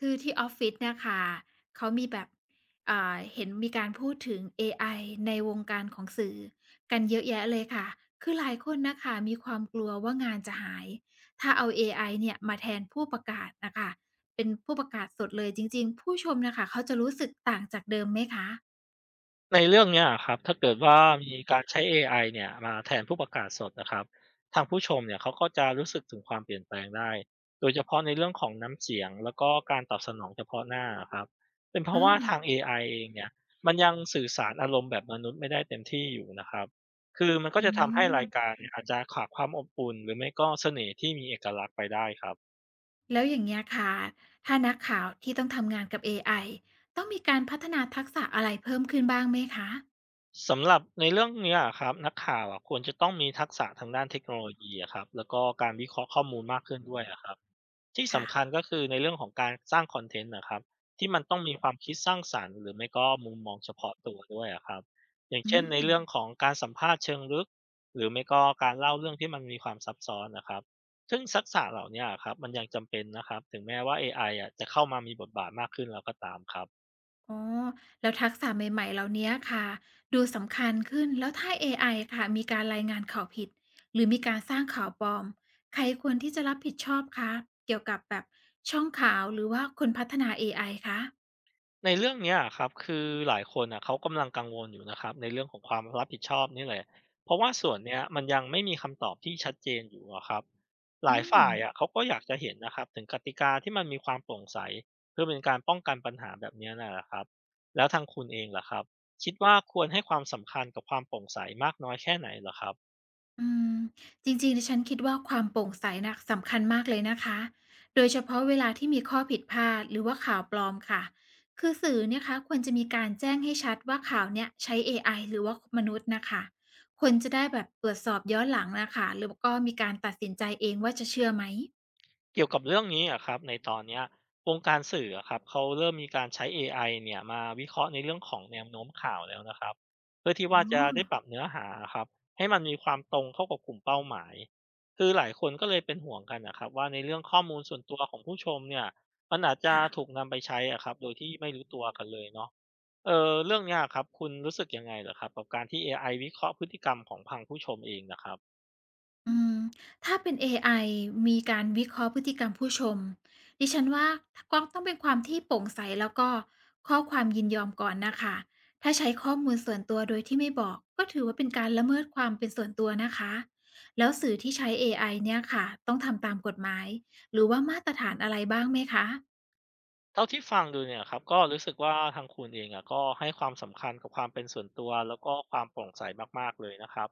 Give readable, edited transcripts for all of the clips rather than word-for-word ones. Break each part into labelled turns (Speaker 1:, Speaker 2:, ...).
Speaker 1: คือที่ออฟฟิศเนี่ยค่ะเขามีแบบเห็นมีการพูดถึงเอไอในวงการของสื่อกันเยอะแยะเลยค่ะ คือหลายคนนะคะมีความกลัวว่างานจะหาย ถ้าเอาเอไอเนี่ยมาแทนผู้ประกาศนะคะ เป็นผู้ประกาศสดเลยจริงๆ ผู้ชมนะคะเขาจะรู้สึกต่างจากเดิมไหมคะ
Speaker 2: ในเรื่องเนี้ยครับถ้าเกิดว่ามีการใช้เอไอเนี่ยมาแทนผู้ประกาศสดนะครับทางผู้ชมเนี่ยเขาก็จะรู้สึกถึงความเปลี่ยนแปลงได้โดยเฉพาะในเรื่องของน้ำเสียงแล้วก็การตอบสนองเฉพาะหน้าอะครับเป็นเพราะ
Speaker 1: อา
Speaker 2: ว่าทางเอไอเองเนี่ยมันยังสื่อสารอารมณ์แบบมนุษย์ไม่ได้เต็มที่อยู่นะครับคือมันก็
Speaker 1: อื
Speaker 2: จะทำให้ราย
Speaker 1: ม
Speaker 2: การเนี่ยอาจจะขาดความอบอุ่นหรือไม่ก็เสน่ห์ที่มีเอกลักษณ์ไปได้ครับ
Speaker 1: แล้วอย่างเงี้ยค่ะ ถ้านักข่าวที่ต้องทำงานกับเอไอต้องมีการพัฒนาทักษะอะไรเพิ่มขึ้นบ้างไหมคะ
Speaker 2: สำหรับในเรื่องเนี้ยอะครับนักข่าวอะควรจะต้องมีทักษะทางด้านเทคโนโลยีอะครับแล้วก็การวิเคราะห์ข้อมูลมากขึ้นด้วยอะครับที่
Speaker 1: ค่ะ
Speaker 2: สำคัญก็คือในเรื่องของการสร้างคอนเทนต์นะครับที่มันต้องมีความคิดสร้างสรรค์หรือไม่ก็มุมมองเฉพาะตัวด้วยอะครับอย่าง
Speaker 1: อื
Speaker 2: เช่นใน
Speaker 1: ม
Speaker 2: เรื่องของการสัมภาษณ์เชิงลึกหรือไม่ก็การเล่าเรื่องที่มันมีความซับซ้อนนะครับซึ่งทักษะเหล่าเนี้ยอะครับมันยังจำเป็นนะครับถึงแม้ว่า AI อไออะจะเข้ามามีบทบาทมากขึ้นแล้วก็ตามครับ
Speaker 1: อ๋อแล้วทักษะใหม่ๆเหล่าเนี้ยค่ะดูสำคัญขึ้นแล้วถ้าเอไอค่ะมีการรายงานข่าวผิดหรือมีการสร้างข่าวปลอมใครควรที่จะรับผิดชอบคะเกี่ยวกับแบบช่องข่าวหรือว่าคนพัฒนาเอไอคะ
Speaker 2: ในเรื่องเนี้ยอะครับคือหลายคนน่ะเขากำลังกังวลอยู่นะครับในเรื่องของความรับผิดชอบนี่แหละเพราะว่าส่วนเนี้ยมันยังไม่มีคำตอบที่ชัดเจนอยู่อะครับหลา
Speaker 1: อื
Speaker 2: ย
Speaker 1: ม
Speaker 2: ฝ่ายอะเขาก็อยากจะเห็นนะครับถึงกติกาที่มันมีความโปร่งใสเพื่อเป็นการป้องกันปัญหาแบบเนี้ยน่ะนะครับแล้วทางคุณเองล่ะครับคิดว่าควรให้ความสำคัญกับความโปร่งใสมากน้อยแค่ไหนเหรอครับ
Speaker 1: อืมจริงๆดิฉันคิดว่าความโปร่งใสน่ะสำคัญมากเลยนะคะ โดยเฉพาะเวลาที่มีข้อผิดพลาดหรือว่าข่าวปลอมค่ะ คือสื่อเนี่ยคะควรจะมีการแจ้งให้ชัดว่าข่าวเนี่ยใช้เอไอหรือว่ามนุษย์นะคะคนจะได้แบบตรวจสอบย้อนหลังนะคะ หรืวก็มีการตัดสินใจเองว่าจะเชื่อไหม
Speaker 2: เกี่ยวกับเรื่องนี้อะครับในตอนเนี้ยวงการสื่ออะครับเขาเริ่มมีการใช้เอไอเนี่ยมาวิเคราะห์ในเรื่องของแนวโน้มข่าวแล้วนะครับเพื่อที่
Speaker 1: อ๋อ
Speaker 2: ว่าจะได้ปรับเนื้อหาครับให้มันมีความตรงเข้ากับกลุ่มเป้าหมายคือหลายคนก็เลยเป็นห่วงกันนะครับว่าในเรื่องข้อมูลส่วนตัวของผู้ชมเนี่ยมันอาจจะ
Speaker 1: ค่ะ
Speaker 2: ถูกนำไปใช้อะครับโดยที่ไม่รู้ตัวกันเลยเนาะเออเรื่องเนี้ยครับคุณรู้สึกยังไงเหรอครับกับการที่ AI วิเคราะห์พฤติกรรมของพังผู้ชมเองนะครับ
Speaker 1: อืมถ้าเป็นเอไอมีการวิเคราะห์พฤติกรรมผู้ชมดิฉันว่าก็ต้องเป็นความที่โปร่งใสแล้วก็ข้อความยินยอมก่อนนะคะ ถ้าใช้ข้อมูลส่วนตัวโดยที่ไม่บอกก็ถือว่าเป็นการละเมิดความเป็นส่วนตัวนะคะ แล้วสื่อที่ใช้ AI เนี่ยค่ะต้องทำตามกฎหมายหรือว่ามาตรฐานอะไรบ้างไหมคะ
Speaker 2: เท่าที่ฟังดูเนี่ยครับก็รู้สึกว่าทางคุณเองอะก็ให้ความสำคัญกับความเป็นส่วนตัวแล้วก็ความโปร่งใสมากๆเลยนะครับ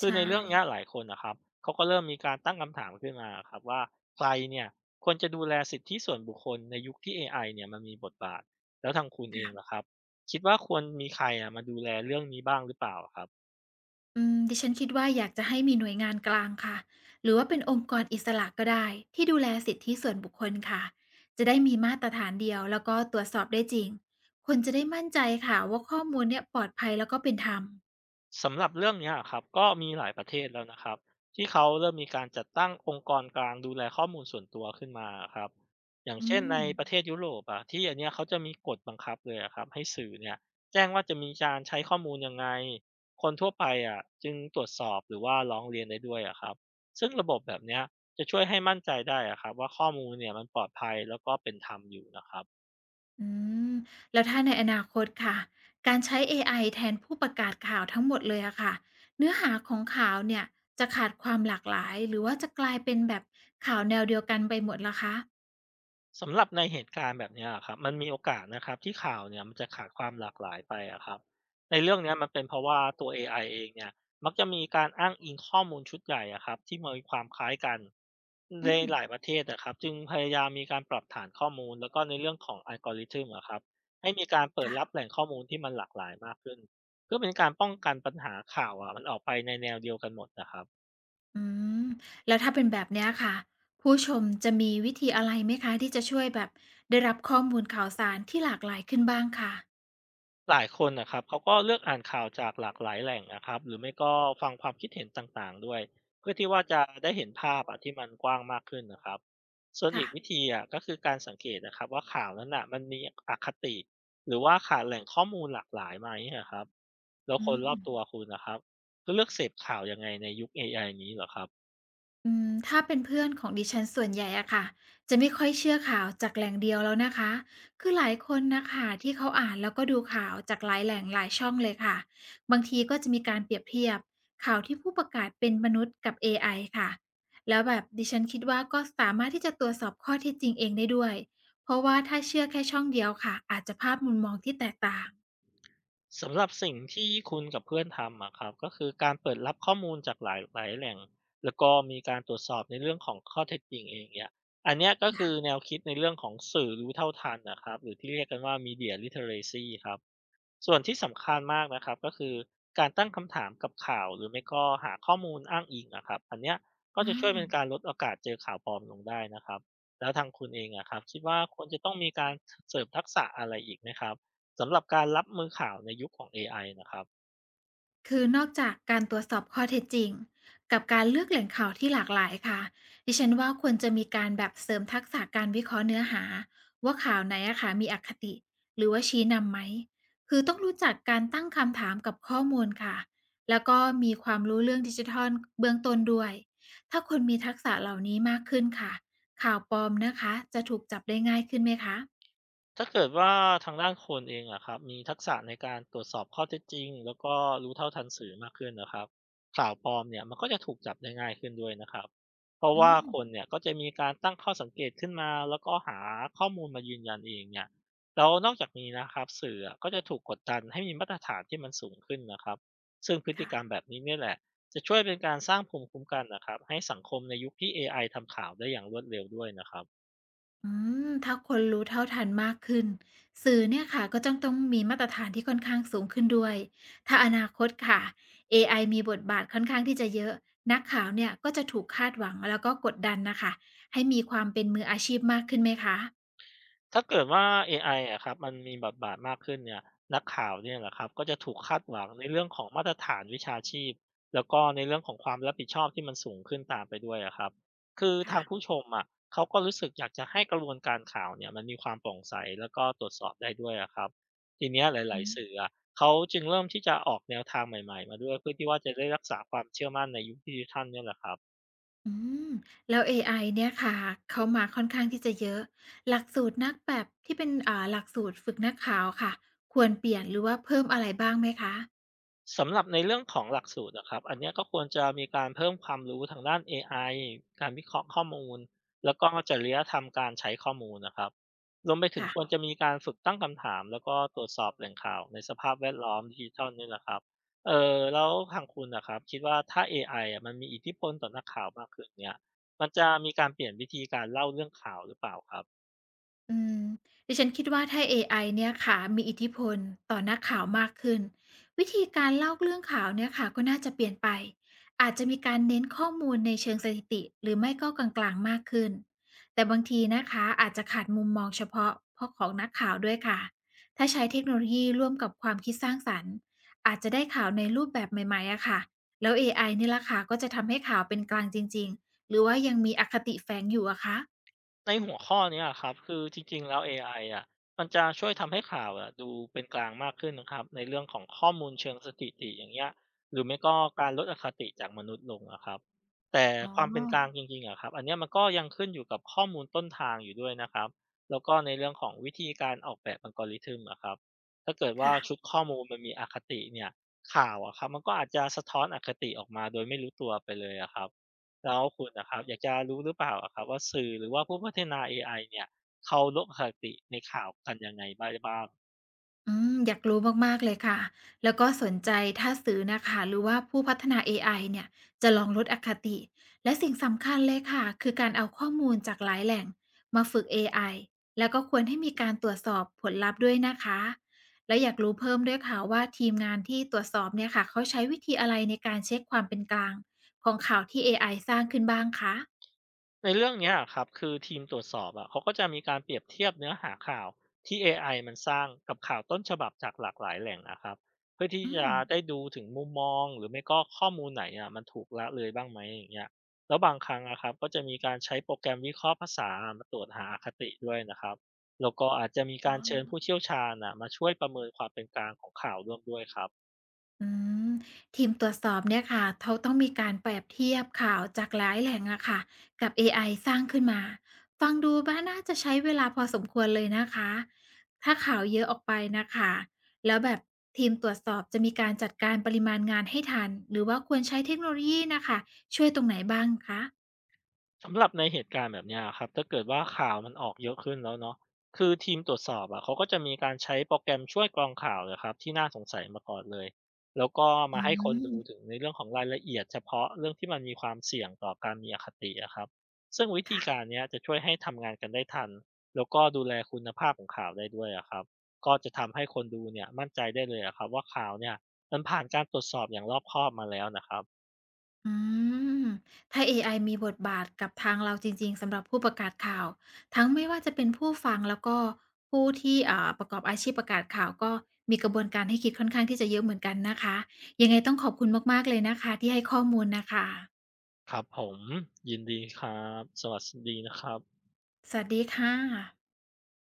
Speaker 2: คือ
Speaker 1: ใช่
Speaker 2: ในเรื่องเนี้ยหลายคนนะครับเขาก็เริ่มมีการตั้งคำถามขึ้นมาครับว่าใครเนี่ยควรจะดูแลสิทธิส่วนบุคคลในยุคที่เอไอเนี่ยมันมีบทบาทแล้วทางคุณเองล่ะค
Speaker 1: ค่ะ
Speaker 2: รับคิดว่าควรมีใครอะมาดูแลเรื่องนี้บ้างหรือเปล่าครับ
Speaker 1: อืมดิฉันคิดว่าอยากจะให้มีหน่วยงานกลางค่ะหรือว่าเป็นองค์กรอิสระก็ได้ที่ดูแลสิทธิส่วนบุคคลค่ะจะได้มีมาตรฐานเดียวแล้วก็ตรวจสอบได้จริงคนจะได้มั่นใจค่ะว่าข้อมูลเนี่ยปลอดภัยแล้วก็เป็นธรรม
Speaker 2: สำหรับเรื่องเนี้ยครับก็มีหลายประเทศแล้วนะครับที่เขาเริ่มมีการจัดตั้งองค์กรกลางดูแลข้อมูลส่วนตัวขึ้นมาอครับอย่าง
Speaker 1: อื
Speaker 2: เช่น
Speaker 1: ม
Speaker 2: ในประเทศยุโรปอะที่อันเนี้ยเขาจะมีกฎบังคับเลยอะครับให้สื่อเนี่ยแจ้งว่าจะมีการใช้ข้อมูลยังไงคนทั่วไปอะจึงตรวจสอบหรือว่าร้องเรียนได้ด้วยอะครับซึ่งระบบแบบเนี้ยจะช่วยให้มั่นใจได้อะครับว่าข้อมูลเนี่ยมันปลอดภัยแล้วก็เป็นธรรมอยู่นะครับ
Speaker 1: อืมแล้วถ้าในอนาคตค่ะการใช้ AI แทนผู้ประกาศข่าวทั้งหมดเลยอะค่ะเนื้อหาของข่าวเนี่ยจะขาดความหลากหลายหรือว่าจะกลายเป็นแบบข่าวแนวเดียวกันไปหมดละคะ
Speaker 2: สำหรับในเหตุการณ์แบบเนี้ยครับมันมีโอกาสนะครับที่ข่าวเนี่ยมันจะขาดความหลากหลายไปอะครับในเรื่องเนี้ยมันเป็นเพราะว่าตัว AI เองเนี่ยมักจะมีการอ้างอิงข้อมูลชุดใหญ่อะครับที่มีความคล้ายกันใน
Speaker 1: อืม
Speaker 2: หลายประเทศนะครับจึงพยายามมีการปรับฐานข้อมูลแล้วก็ในเรื่องของอัลกอริทึมอะครับให้มีการเปิดรับ
Speaker 1: ค่ะ
Speaker 2: แหล่งข้อมูลที่มันหลากหลายมากขึ้นเพื่อเป็นการป้องกันปัญหาข่าวอะมันออกไปในแนวเดียวกันหมดนะครับ
Speaker 1: อืมแล้วถ้าเป็นแบบเนี้ยค่ะผู้ชมจะมีวิธีอะไรไหมคะที่จะช่วยแบบได้รับข้อมูลข่าวสารที่หลากหลายขึ้นบ้างคะ
Speaker 2: หลายคนนะครับเขาก็เลือกอ่านข่าวจากหลากหลายแหล่งนะครับหรือไม่ก็ฟังความคิดเห็นต่างๆด้วยเพื่อที่ว่าจะได้เห็นภาพอะที่มันกว้างมากขึ้นนะครับส่วนอี
Speaker 1: ค่ะ
Speaker 2: กวิธีก็คือการสังเกตนะครับว่าข่าวนั้นมันมีอคติหรือว่าขาดแหล่งข้อมูลหลากหลายไหมอะครับแล้ว
Speaker 1: อื
Speaker 2: คนรอบ
Speaker 1: ม
Speaker 2: ตัวคุณนะครับก็เลือกเสพข่าวยังไงในยุค AI นี้เหรอครับ
Speaker 1: อืมถ้าเป็นเพื่อนของดิฉันส่วนใหญ่อะค่ะจะไม่ค่อยเชื่อข่าวจากแหล่งเดียวแล้วนะคะคือหลายคนนะคะที่เขาอ่านแล้วก็ดูข่าวจากหลายแหล่งหลายช่องเลยค่ะบางทีก็จะมีการเปรียบเทียบข่าวที่ผู้ประกาศเป็นมนุษย์กับ a อไอค่ะแล้วแบบดิฉันคิดว่าก็สามารถที่จะตรวจสอบข้อเท็จจริงเองได้ด้วยเพราะว่าถ้าเชื่อแค่ช่องเดียวค่ะอาจจะภาพมุมมองที่แตกต่าง
Speaker 2: สำหรับสิ่งที่คุณกับเพื่อนทำอะครับก็คือการเปิดรับข้อมูลจากหลายแหล่งแล้วก็มีการตรวจสอบในเรื่องของข้อเท็จจริงเองเนี่ยอันเนี้ยก็คือ
Speaker 1: ค่ะ
Speaker 2: แนวคิดในเรื่องของสื่อรู้เท่าทันนะครับหรือที่เรียกกันว่า Media Literacy ครับ ส่วนที่สำคัญมากนะครับก็คือการตั้งคำถามกับข่าวหรือไม่ก็หาข้อมูลอ้างอิงอะครับอันเนี้ยก็
Speaker 1: อ
Speaker 2: จะช่วยเป็น
Speaker 1: า
Speaker 2: การลดโอกาสเจอข่าวปลอมลงได้นะครับแล้วทางคุณเองอะครับคิดว่าควรจะต้องมีการเสริมทักษะอะไรอีกไหมครับสำหรับการรับมือข่าวในยุคของ AI นะครับ
Speaker 1: คือนอกจากการตรวจสอบข้อเท็จจริงกับการเลือกแหล่งข่าวที่หลากหลายค่ะดิฉันว่าควรจะมีการแบบเสริมทักษะการวิเคราะห์เนื้อหาว่าข่าวไหนอะค่ะมีอคติหรือว่าชี้นำไหมคือต้องรู้จักการตั้งคำถามกับข้อมูลค่ะแล้วก็มีความรู้เรื่องดิจิทัลเบื้องต้นด้วยถ้าคนมีทักษะเหล่านี้มากขึ้นค่ะข่าวปลอมนะคะจะถูกจับได้ง่ายขึ้นไหมคะ
Speaker 2: ถ้าเกิดว่าทางด้านคนเองอะครับมีทักษะในการตรวจสอบข้อเท็จจริงแล้วก็รู้เท่าทันสื่อมากขึ้นนะครับข่าวปลอมเนี่ยมันก็จะถูกจับได้ง่ายขึ้นด้วยนะครับเพราะ
Speaker 1: อื
Speaker 2: ว่า
Speaker 1: ม
Speaker 2: คนเนี่ยก็จะมีการตั้งข้อสังเกตขึ้นมาแล้วก็หาข้อมูลมายืนยันเองเนี่ยแล้วนอกจากนี้นะครับสื่ออะก็จะถูกกดดันให้มีมาตรฐานที่มันสูงขึ้นนะครับซึ่งพฤติ
Speaker 1: ค่ะ
Speaker 2: กรรมแบบนี้เนี่ยแหละจะช่วยเป็นการสร้างภูมิคุ้มกันนะครับให้สังคมในยุคที่ AI ทำข่าวได้อย่างรวดเร็วด้วยนะครับ
Speaker 1: อืมถ้าคนรู้เท่าทันมากขึ้นสื่อเนี่ยค่ะก็จ้องต้องมีมาตรฐานที่ค่อนข้างสูงขึ้นด้วยถ้าอนาคตค่ะ AI มีบทบาทค่อนข้างที่จะเยอะนักข่าวเนี่ยก็จะถูกคาดหวังแล้วก็กดดันนะคะให้มีความเป็นมืออาชีพมากขึ้นไหมคะ
Speaker 2: ถ้าเกิดว่าเอไออะครับมันมีบทบาทมากขึ้นเนี่ยนักข่าวเนี่ยแหละครับก็จะถูกคาดหวังในเรื่องของมาตรฐานวิชาชีพแล้วก็ในเรื่องของความรับผิดชอบที่มันสูงขึ้นตามไปด้วยอะครับคือทา
Speaker 1: ค่ะ
Speaker 2: งผู้ชมอะเขาก็รู้สึกอยากจะให้กระบวนการข่าวเนี่ยมันมีความโปร่งใสแล้วก็ตรวจสอบได้ด้วยอะครับทีเนี้ยห
Speaker 1: อื
Speaker 2: ลาย
Speaker 1: ม
Speaker 2: ๆ สื่ออะเขาจึงเริ่มที่จะออกแนวทางใหม่ๆมาด้วยเพื่อที่ว่าจะได้รักษาความเชื่อมั่นในยุคดิจิทัลเนี่ยแหละครับ
Speaker 1: อืมแล้วเอไอเนี่ยค่ะเขามาค่อนข้างที่จะเยอะหลักสูตรนักแบบที่เป็นหลักสูตรฝึกนักข่าวค่ะควรเปลี่ยนหรือว่าเพิ่มอะไรบ้างไหมคะ
Speaker 2: สำหรับในเรื่องของหลักสูตรอะครับอันเนี้ยก็ควรจะมีการเพิ่มความรู้ทางด้านเอไอการวิเคราะห์ข้อมูลแล้วก็จริยธรรมการใช้ข้อมูลนะครับรวมไปถึงควร
Speaker 1: ค่ะ
Speaker 2: จะมีการฝึกตั้งคำถามแล้วก็ตรวจสอบแหล่งข่าวในสภาพแวดล้อมดิจิทัลนี่แหละครับเออแล้วทางคุณนะครับคิดว่าถ้า AI อไออ่ะมันมีอิทธิพลต่อนักข่าวมากขึ้นเนี่ยมันจะมีการเปลี่ยนวิธีการเล่าเรื่องข่าวหรือเปล่าครับ
Speaker 1: อืมดิฉันคิดว่าถ้าเอไอเนี่ยค่ะมีอิทธิพลต่อนักข่าวมากขึ้นวิธีการเล่าเรื่องข่าวเนี่ยค่ะก็น่าจะเปลี่ยนไปอาจจะมีการเน้นข้อมูลในเชิงสถิติหรือไม่ก็กลางๆมากขึ้นแต่บางทีนะคะอาจจะขาดมุมมองเฉพาะเพราะของนักข่าวด้วยค่ะถ้าใช้เทคโนโลยีร่วมกับความคิดสร้างสรรค์อาจจะได้ข่าวในรูปแบบใหม่ๆอะค่ะแล้ว AI นี่ล่ะค่ะก็จะทำให้ข่าวเป็นกลางจริงๆหรือว่ายังมีอคติแฝงอยู่อะคะ
Speaker 2: ในหัวข้อเนี้ยครับคือจริงๆแล้วเอไออะมันจะช่วยทำให้ข่าวอะดูเป็นกลางมากขึ้นนะครับในเรื่องของข้อมูลเชิงสถิติอย่างเงี้ยหรือไม่ก็การลดอคติจากมนุษย์ลงอะครับแต่
Speaker 1: อ๋อ
Speaker 2: ความเป็นกลางจริงๆอะครับอันเนี้ยมันก็ยังขึ้นอยู่กับข้อมูลต้นทางอยู่ด้วยนะครับแล้วก็ในเรื่องของวิธีการออกแบบ algorithm อะครับถ้าเกิดว่า
Speaker 1: ค่ะ
Speaker 2: ชุดข้อมูลมันมีอคติเนี่ยข่าวอะครับมันก็อาจจะสะท้อนอคติออกมาโดยไม่รู้ตัวไปเลยอะครับ แล้วคุณนะครับอยากจะรู้หรือเปล่าอะครับว่าสื่อหรือว่าผู้พัฒนาเอไอเนี่ยเขาลดอคติในข่าวกันยังไงบ้าง
Speaker 1: อืมอยากรู้มากๆเลยค่ะ แล้วก็สนใจถ้าสื่อน่ะค่ะหรือว่าผู้พัฒนาเอไอเนี่ยจะลองลดอคติและสิ่งสำคัญเลยค่ะคือการเอาข้อมูลจากหลายแหล่งมาฝึกเอไอแล้วก็ควรให้มีการตรวจสอบผลลัพธ์ด้วยนะคะและอยากรู้เพิ่มด้วยค่ะว่าทีมงานที่ตรวจสอบเนี่ยค่ะเขาใช้วิธีอะไรในการเช็กความเป็นกลางของข่าวที่เอไอสร้างขึ้นบ้างคะ
Speaker 2: ในเรื่องเนี้ยอครับคือทีมตรวจสอบอะเขาก็จะมีการเปรียบเทียบเนื้อหาข่าวที่เอไอมันสร้างกับข่าวต้นฉบับจากหลากหลายแหล่งนะครับเพื่อที่
Speaker 1: อื
Speaker 2: จะ
Speaker 1: ม
Speaker 2: ได้ดูถึงมุมมองหรือไม่ก็ข้อมูลไหนอะมันถูกละเลยบ้างไหมอย่างเงี้ยแล้วบางครั้งนะครับก็จะมีการใช้โปรแกรมวิเคราะห์ภาษามาตรวจหาอคติด้วยนะครับแล้วก็อาจจะมี
Speaker 1: อ๋
Speaker 2: การเชิญ
Speaker 1: อ
Speaker 2: ผู้เชี่ยวชาญอ่ะมาช่วยประเมินความเป็นกลางของข่าวร่วมด้วยครับ
Speaker 1: อืมทีมตรวจสอบเนี่ยค่ะเขาต้องมีการเปรียบเทียบข่าวจากหลายแหล่งอะค่ะกับเอไอสร้างขึ้นมา ฟังดูว่าน่าจะใช้เวลาพอสมควรเลยนะคะ ถ้าข่าวเยอะออกไปนะคะ แล้วแบบทีมตรวจสอบจะมีการจัดการปริมาณงานให้ทัน หรือว่าควรใช้เทคโนโลยีนะคะ ช่วยตรงไหนบ้างคะ
Speaker 2: สำหรับในเหตุการณ์แบบเนี้ยครับถ้าเกิดว่าข่าวมันออกเยอะขึ้นแล้วเนาะคือทีมตรวจสอบอะเขาก็จะมีการใช้โปรแกรมช่วยกรองข่าวเลยครับที่น่าสงสัยมาก่อนเลยแล้วก็
Speaker 1: อื
Speaker 2: มาให้คนดูถึ
Speaker 1: ม
Speaker 2: งในเรื่องของรายละเอียดเฉพาะเรื่องที่มันมีความเสี่ยงต่อการมีอคติอะครับซึ่งวิธี
Speaker 1: ค่ะ
Speaker 2: การเนี้ยจะช่วยให้ทำงานกันได้ทันแล้วก็ดูแลคุณภาพของข่าวได้ด้วยอะครับก็จะทำให้คนดูเนี่ยมั่นใจได้เลยอะครับว่าข่าวเนี่ยมันผ่านการตรวจสอบอย่างรอบคอบมาแล้วนะครับ
Speaker 1: อืมถ้าเอไอมีบทบาทกับทางเราจริงๆสำหรับผู้ประกาศข่าวทั้งไม่ว่าจะเป็นผู้ฟังแล้วก็ผู้ที่ประกอบอาชีพประกาศข่าวก็มีกระบวนการให้คิดค่อนข้างที่จะเยอะเหมือนกันนะคะยังไงต้องขอบคุณมากๆเลยนะคะที่ให้ข้อมูลน่ะค่ะ
Speaker 2: ครับผมยินดีครับสวัสดีนะครับ
Speaker 1: สวัสดีค่ะ